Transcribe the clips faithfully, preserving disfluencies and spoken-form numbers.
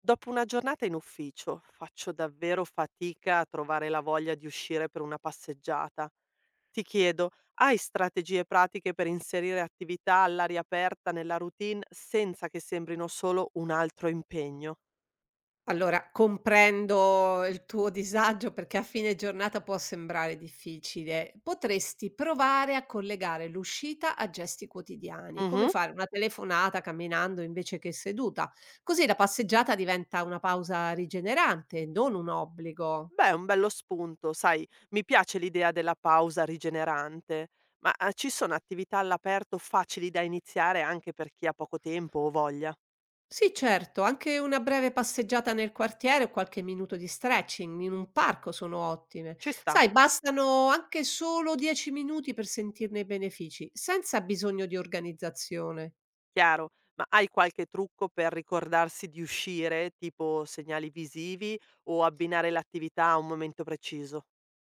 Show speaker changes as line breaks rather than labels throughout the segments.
Dopo una giornata in ufficio faccio davvero fatica a trovare la voglia di uscire per una passeggiata. Ti chiedo, hai strategie pratiche per inserire attività all'aria aperta nella routine senza che sembrino solo un altro impegno?
Allora, comprendo il tuo disagio perché a fine giornata può sembrare difficile. Potresti provare a collegare l'uscita a gesti quotidiani, come
Mhm.
fare una telefonata camminando invece che seduta. Così la passeggiata diventa una pausa rigenerante, non un obbligo.
Beh, è un bello spunto, sai, mi piace l'idea della pausa rigenerante, ma eh, ci sono attività all'aperto facili da iniziare anche per chi ha poco tempo o voglia?
Sì, certo, anche una breve passeggiata nel quartiere o qualche minuto di stretching in un parco sono ottime.
Ci sta?
Sai, bastano anche solo dieci minuti per sentirne i benefici, senza bisogno di organizzazione.
Chiaro, ma hai qualche trucco per ricordarsi di uscire, tipo segnali visivi o abbinare l'attività a un momento preciso?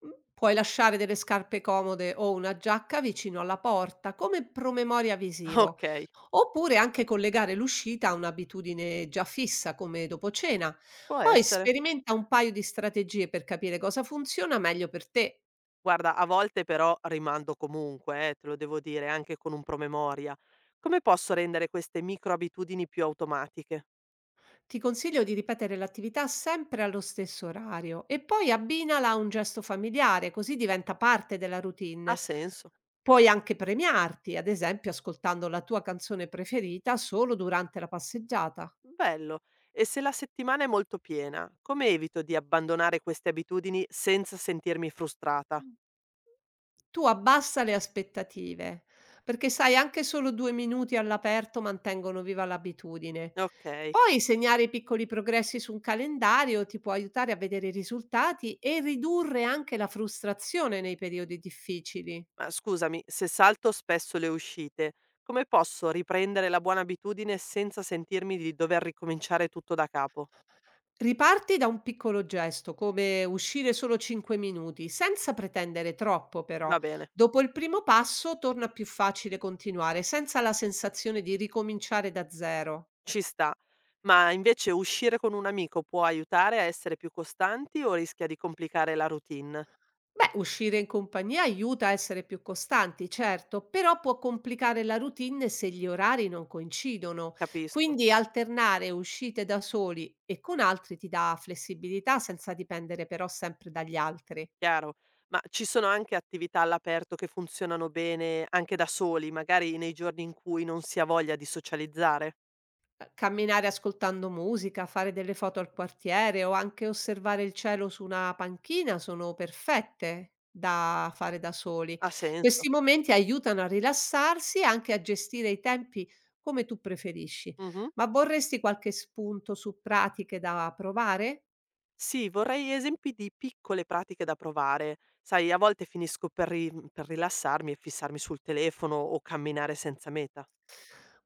Mm, Puoi lasciare delle scarpe comode o una giacca vicino alla porta, come promemoria visivo,
Okay,
oppure anche collegare l'uscita a un'abitudine già fissa, come dopo cena.
può
Poi
essere.
sperimenta un paio di strategie per capire cosa funziona meglio per te.
Guarda, a volte però rimando comunque, eh, te lo devo dire, anche con un promemoria. Come posso rendere queste micro abitudini più automatiche?
Ti consiglio di ripetere l'attività sempre allo stesso orario e poi abbinala a un gesto familiare, così diventa parte della
Ha
routine.
senso.
Puoi anche premiarti, ad esempio ascoltando la tua canzone preferita solo durante la passeggiata.
Bello. E se la settimana è molto piena, come evito di abbandonare queste abitudini senza sentirmi frustrata?
Tu abbassa le aspettative, perché sai, anche solo due minuti all'aperto mantengono viva l'abitudine.
Okay.
Poi segnare i piccoli progressi su un calendario ti può aiutare a vedere i risultati e ridurre anche la frustrazione nei periodi difficili.
Ma scusami, se salto spesso le uscite, come posso riprendere la buona abitudine senza sentirmi di dover ricominciare tutto da capo?
Riparti da un piccolo gesto, come uscire solo cinque minuti, senza pretendere troppo però.
Va bene,
Dopo il primo passo torna più facile continuare, senza la sensazione di ricominciare da zero.
ci sta. Ma invece uscire con un amico può aiutare a essere più costanti o rischia di complicare la routine?
Beh, uscire in compagnia aiuta a essere più costanti, certo, però può complicare la routine se gli orari non coincidono.
Capisco,
Quindi alternare uscite da soli e con altri ti dà flessibilità senza dipendere però sempre dagli altri.
chiaro. Ma ci sono anche attività all'aperto che funzionano bene anche da soli, magari nei giorni in cui non si ha voglia di socializzare?
Uhm, camminare ascoltando musica, fare delle foto al quartiere o anche osservare il cielo su una panchina sono perfette da fare da soli.
Ha senso.
Questi momenti aiutano a rilassarsi e anche a gestire i tempi come tu preferisci.
Mhm.
Ma vorresti qualche spunto su pratiche da provare?
Sì, vorrei esempi di piccole pratiche da provare. Sai, a volte finisco per, ri- mhmm, per rilassarmi e fissarmi sul telefono o camminare senza meta.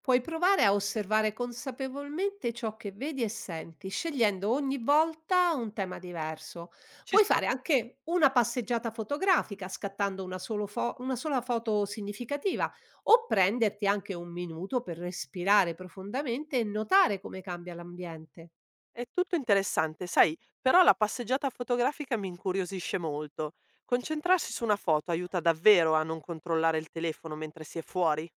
Puoi provare a osservare consapevolmente ciò che vedi e senti, scegliendo ogni volta un tema diverso.
Ci
Puoi
sta.
fare anche una passeggiata fotografica, scattando una, solo fo- una sola foto significativa, o prenderti anche un minuto per respirare profondamente e notare come cambia l'ambiente.
È tutto interessante, sai, però la passeggiata fotografica mi incuriosisce molto. Concentrarsi su una foto aiuta davvero a non controllare il telefono mentre si è fuori?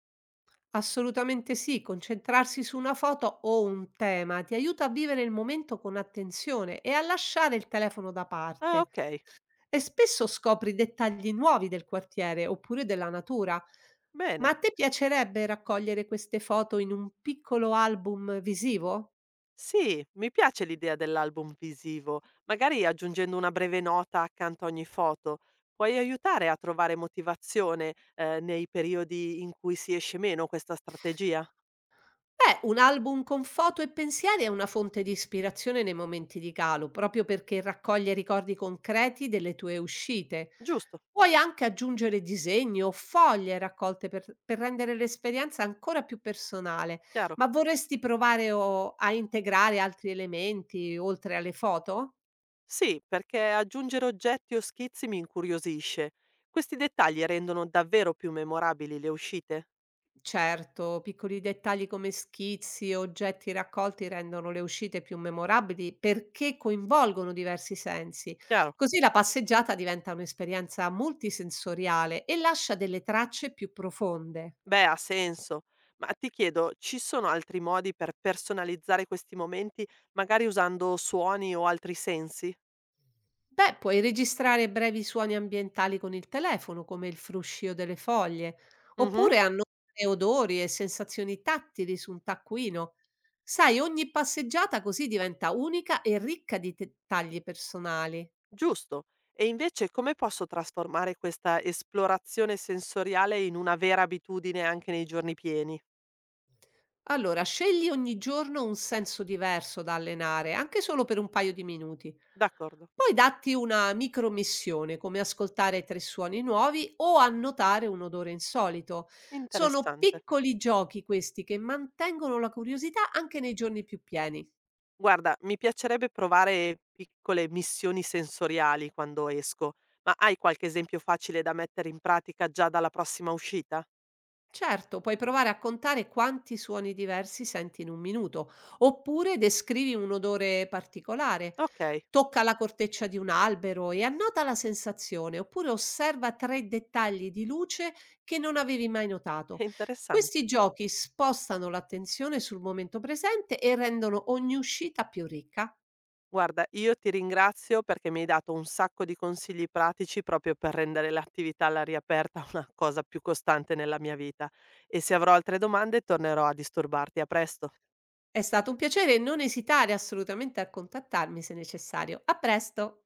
Assolutamente sì, concentrarsi su una foto o un tema ti aiuta a vivere il momento con attenzione e a lasciare il telefono da
Ah,
parte.
ok,
E spesso scopri dettagli nuovi del quartiere oppure della natura. Ma
bene.
a te piacerebbe raccogliere queste foto in un piccolo album visivo?
Sì, mi piace l'idea dell'album visivo, magari aggiungendo una breve nota accanto a ogni foto. Puoi aiutare a trovare motivazione, eh, nei periodi in cui si esce meno questa strategia?
Beh, un album con foto e pensieri è una fonte di ispirazione nei momenti di calo, proprio perché raccoglie ricordi concreti delle tue uscite.
Giusto,
Puoi anche aggiungere disegni o foglie raccolte per, per rendere l'esperienza ancora più personale,
chiaro.
ma vorresti provare o- a integrare altri elementi oltre alle foto?
Sì, perché aggiungere oggetti o schizzi mi incuriosisce. Questi dettagli rendono davvero più memorabili le uscite?
Certo, piccoli dettagli come schizzi, o oggetti raccolti rendono le uscite più memorabili perché coinvolgono diversi sensi.
Chiaro.
Così la passeggiata diventa un'esperienza multisensoriale e lascia delle tracce più profonde.
Beh, ha senso. Ma ti chiedo, ci sono altri modi per personalizzare questi momenti, magari usando suoni o altri sensi?
Beh, puoi registrare brevi suoni ambientali con il telefono, come il fruscio delle foglie,
Mhm.
oppure annotare odori e sensazioni tattili su un taccuino. Sai, ogni passeggiata così diventa unica e ricca di dettagli personali.
Giusto. E invece come posso trasformare questa esplorazione sensoriale in una vera abitudine anche nei giorni pieni?
Allora, scegli ogni giorno un senso diverso da allenare, anche solo per un paio di minuti.
D'accordo,
Poi datti una micromissione, come ascoltare tre suoni nuovi o annotare un odore insolito. Sono
interessante.
piccoli giochi questi che mantengono la curiosità anche nei giorni più pieni.
Guarda, mi piacerebbe provare piccole missioni sensoriali quando esco, ma hai qualche esempio facile da mettere in pratica già dalla prossima uscita?
Certo, puoi provare a contare quanti suoni diversi senti in un minuto, oppure descrivi un odore particolare.
Ok,
Tocca la corteccia di un albero e annota la sensazione, oppure osserva tre dettagli di luce che non avevi mai
è
notato.
interessante.
Questi giochi spostano l'attenzione sul momento presente e rendono ogni uscita più ricca.
Guarda, io ti ringrazio perché mi hai dato un sacco di consigli pratici proprio per rendere l'attività all'aria aperta una cosa più costante nella mia vita e se avrò altre domande tornerò a disturbarti. A presto.
È stato un piacere e non esitare assolutamente a contattarmi se necessario. A presto!